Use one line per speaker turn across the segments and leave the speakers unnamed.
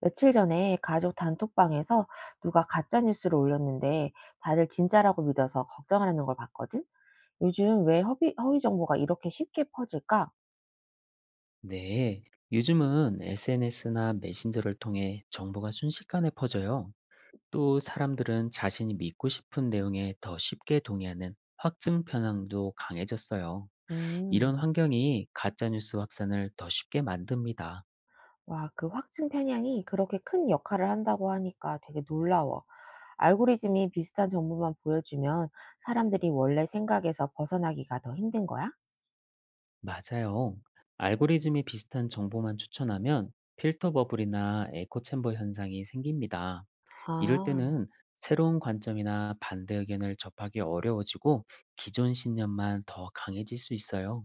며칠 전에 가족 단톡방에서 누가 가짜 뉴스를 올렸는데 다들 진짜라고 믿어서 걱정하는 걸 봤거든? 요즘 왜 허위 정보가 이렇게 쉽게 퍼질까?
네, 요즘은 SNS나 메신저를 통해 정보가 순식간에 퍼져요. 또 사람들은 자신이 믿고 싶은 내용에 더 쉽게 동의하는 확증 편향도 강해졌어요.
음,
이런 환경이 가짜뉴스 확산을 더 쉽게 만듭니다.
와, 그 확증 편향이 그렇게 큰 역할을 한다고 하니까 되게 놀라워. 알고리즘이 비슷한 정보만 보여주면 사람들이 원래 생각에서 벗어나기가 더 힘든 거야?
맞아요. 알고리즘이 비슷한 정보만 추천하면 필터 버블이나 에코 챔버 현상이 생깁니다. 이럴
아.
때는 새로운 관점이나 반대 의견을 접하기 어려워지고 기존 신념만 더 강해질 수 있어요.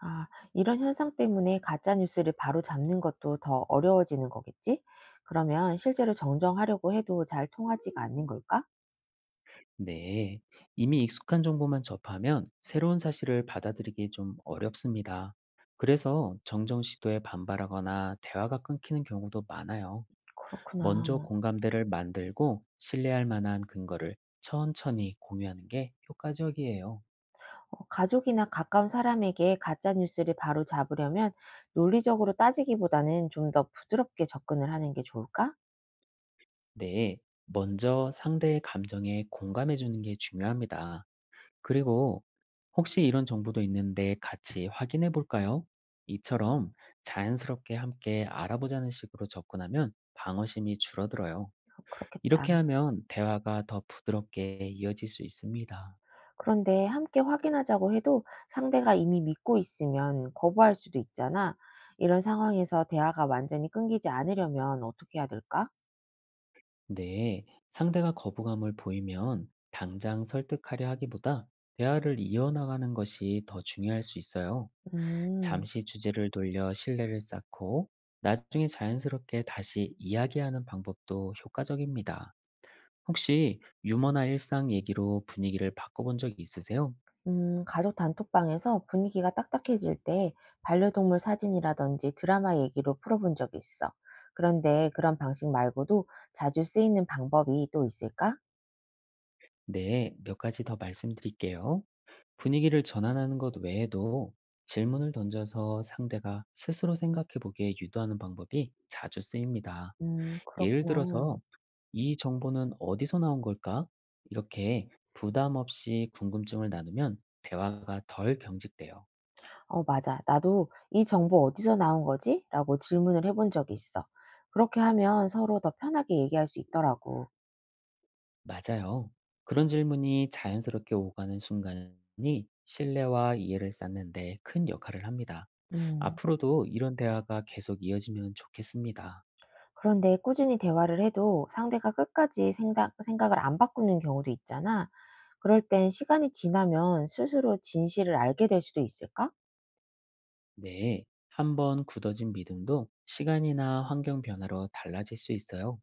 아, 이런 현상 때문에 가짜 뉴스를 바로 잡는 것도 더 어려워지는 거겠지? 그러면 실제로 정정하려고 해도 잘 통하지가 않는 걸까?
네. 이미 익숙한 정보만 접하면 새로운 사실을 받아들이기 좀 어렵습니다. 그래서 정정 시도에 반발하거나 대화가 끊기는 경우도 많아요. 먼저
그렇구나.
공감대를 만들고 신뢰할 만한 근거를 천천히 공유하는 게 효과적이에요.
어, 가족이나 가까운 사람에게 가짜 뉴스를 바로 잡으려면 논리적으로 따지기보다는 좀 더 부드럽게 접근을 하는 게 좋을까?
네. 먼저 상대의 감정에 공감해 주는 게 중요합니다. 그리고 "혹시 이런 정보도 있는데 같이 확인해 볼까요?" 이처럼 자연스럽게 함께 알아보자는 식으로 접근하면 방어심이 줄어들어요.
그렇겠다.
이렇게 하면 대화가 더 부드럽게 이어질 수 있습니다.
그런데 함께 확인하자고 해도 상대가 이미 믿고 있으면 거부할 수도 있잖아. 이런 상황에서 대화가 완전히 끊기지 않으려면 어떻게 해야 될까?
네, 상대가 거부감을 보이면 당장 설득하려 하기보다 대화를 이어나가는 것이 더 중요할 수 있어요.
음.
잠시 주제를 돌려 신뢰를 쌓고 나중에 자연스럽게 다시 이야기하는 방법도 효과적입니다. 혹시 유머나 일상 얘기로 분위기를 바꿔본 적이 있으세요?
가족 단톡방에서 분위기가 딱딱해질 때 반려동물 사진이라든지 드라마 얘기로 풀어본 적이 있어. 그런데 그런 방식 말고도 자주 쓰이는 방법이 또 있을까?
네, 몇 가지 더 말씀드릴게요. 분위기를 전환하는 것 외에도 질문을 던져서 상대가 스스로 생각해 보게 유도하는 방법이 자주 쓰입니다. 예를
그렇구나.
들어서, 이 정보는 어디서 나온 걸까? 이렇게 부담 없이 궁금증을 나누면 대화가 덜 경직돼요.
어, 맞아. 나도 이 정보 어디서 나온 거지? 라고 질문을 해본 적이 있어. 그렇게 하면 서로 더 편하게 얘기할 수 있더라고.
맞아요. 그런 질문이 자연스럽게 오가는 순간이 신뢰와 이해를 쌓는 데 큰 역할을 합니다.
음.
앞으로도 이런 대화가 계속 이어지면 좋겠습니다.
그런데 꾸준히 대화를 해도 상대가 끝까지 생각을 안 바꾸는 경우도 있잖아. 그럴 땐 시간이 지나면 스스로 진실을 알게 될 수도 있을까?
네, 한번 굳어진 믿음도 시간이나 환경 변화로 달라질 수 있어요.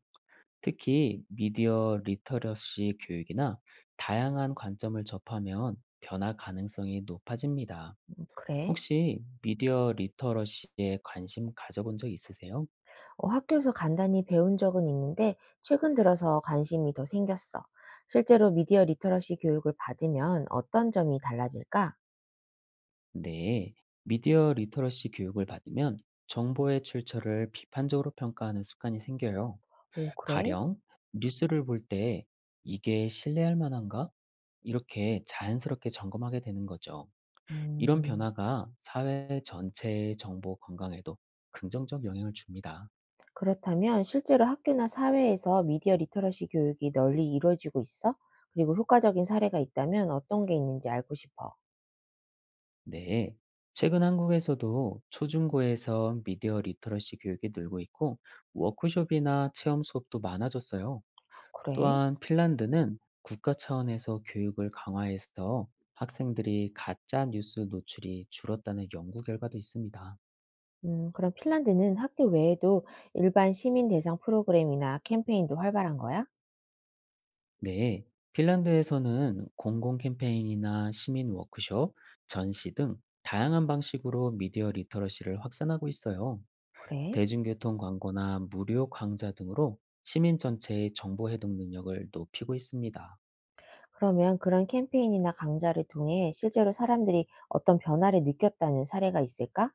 특히 미디어 리터러시 교육이나 다양한 관점을 접하면 변화 가능성이 높아집니다.
그래.
혹시 미디어 리터러시에 관심 가져본 적 있으세요?
어, 학교에서 간단히 배운 적은 있는데 최근 들어서 관심이 더 생겼어. 실제로 미디어 리터러시 교육을 받으면 어떤 점이 달라질까?
네, 미디어 리터러시 교육을 받으면 정보의 출처를 비판적으로 평가하는 습관이 생겨요.
오, 그래?
가령 뉴스를 볼 때 이게 신뢰할 만한가? 이렇게 자연스럽게 점검하게 되는 거죠. 이런
음,
변화가 사회 전체의 정보 건강에도 긍정적 영향을 줍니다.
그렇다면 실제로 학교나 사회에서 미디어 리터러시 교육이 널리 이루어지고 있어? 그리고 효과적인 사례가 있다면 어떤 게 있는지 알고 싶어.
네, 최근 한국에서도 초중고에서 미디어 리터러시 교육이 늘고 있고 워크숍이나 체험 수업도 많아졌어요.
그래?
또한 핀란드는 국가 차원에서 교육을 강화해서 학생들이 가짜 뉴스 노출이 줄었다는 연구 결과도 있습니다.
그럼 핀란드는 학교 외에도 일반 시민 대상 프로그램이나 캠페인도 활발한 거야?
네, 핀란드에서는 공공 캠페인이나 시민 워크숍, 전시 등 다양한 방식으로 미디어 리터러시를 확산하고 있어요.
그래?
대중교통 광고나 무료 강좌 등으로 시민 전체의 정보 해독 능력을 높이고 있습니다.
그러면 그런 캠페인이나 강좌를 통해 실제로 사람들이 어떤 변화를 느꼈다는 사례가 있을까?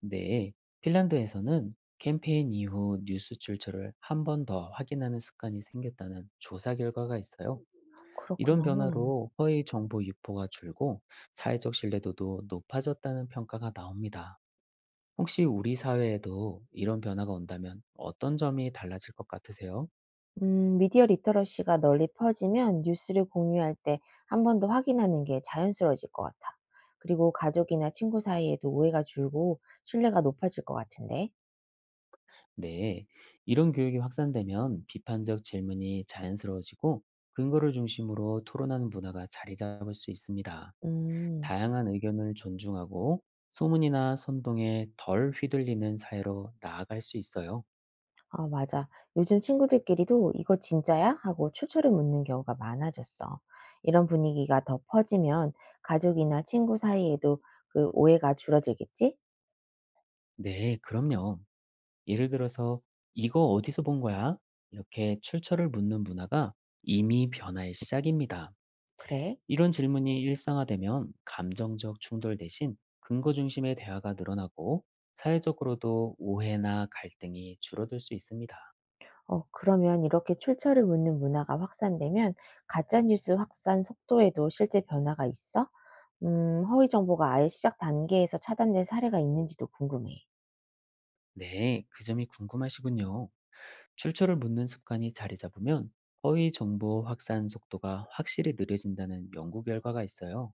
네, 핀란드에서는 캠페인 이후 뉴스 출처를 한 번 더 확인하는 습관이 생겼다는 조사 결과가 있어요. 이런
그렇구나.
변화로 허위 정보 유포가 줄고 사회적 신뢰도도 높아졌다는 평가가 나옵니다. 혹시 우리 사회에도 이런 변화가 온다면 어떤 점이 달라질 것 같으세요?
미디어 리터러시가 널리 퍼지면 뉴스를 공유할 때 한 번 더 확인하는 게 자연스러워질 것 같아. 그리고 가족이나 친구 사이에도 오해가 줄고 신뢰가 높아질 것 같은데.
네, 이런 교육이 확산되면 비판적 질문이 자연스러워지고 근거를 중심으로 토론하는 문화가 자리 잡을 수 있습니다.
음.
다양한 의견을 존중하고 소문이나 선동에 덜 휘둘리는 사회로 나아갈 수 있어요.
아, 맞아. 요즘 친구들끼리도 이거 진짜야? 하고 출처를 묻는 경우가 많아졌어. 이런 분위기가 더 퍼지면 가족이나 친구 사이에도 그 오해가 줄어들겠지?
네, 그럼요. 예를 들어서 이거 어디서 본 거야? 이렇게 출처를 묻는 문화가 이미 변화의 시작입니다.
그래.
이런 질문이 일상화되면 감정적 충돌 대신 근거 중심의 대화가 늘어나고 사회적으로도 오해나 갈등이 줄어들 수 있습니다.
어, 그러면 이렇게 출처를 묻는 문화가 확산되면 가짜뉴스 확산 속도에도 실제 변화가 있어? 허위 정보가 아예 시작 단계에서 차단된 사례가 있는지도 궁금해.
네, 그 점이 궁금하시군요. 출처를 묻는 습관이 자리 잡으면 허위 정보 확산 속도가 확실히 느려진다는 연구 결과가 있어요.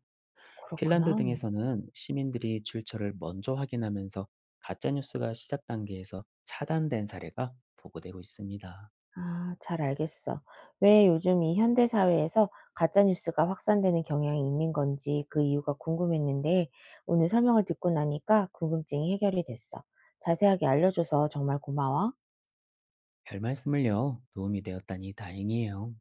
핀란드
그렇구나.
등에서는 시민들이 출처를 먼저 확인하면서 가짜뉴스가 시작 단계에서 차단된 사례가 보고되고 있습니다.
아, 잘 알겠어. 왜 요즘 이 현대 사회에서 가짜 뉴스가 확산되는 경향이 있는 건지 그 이유가 궁금했는데 오늘 설명을 듣고 나니까 궁금증이 해결이 됐어. 자세하게 알려줘서 정말 고마워.
별 말씀을요. 도움이 되었다니 다행이에요.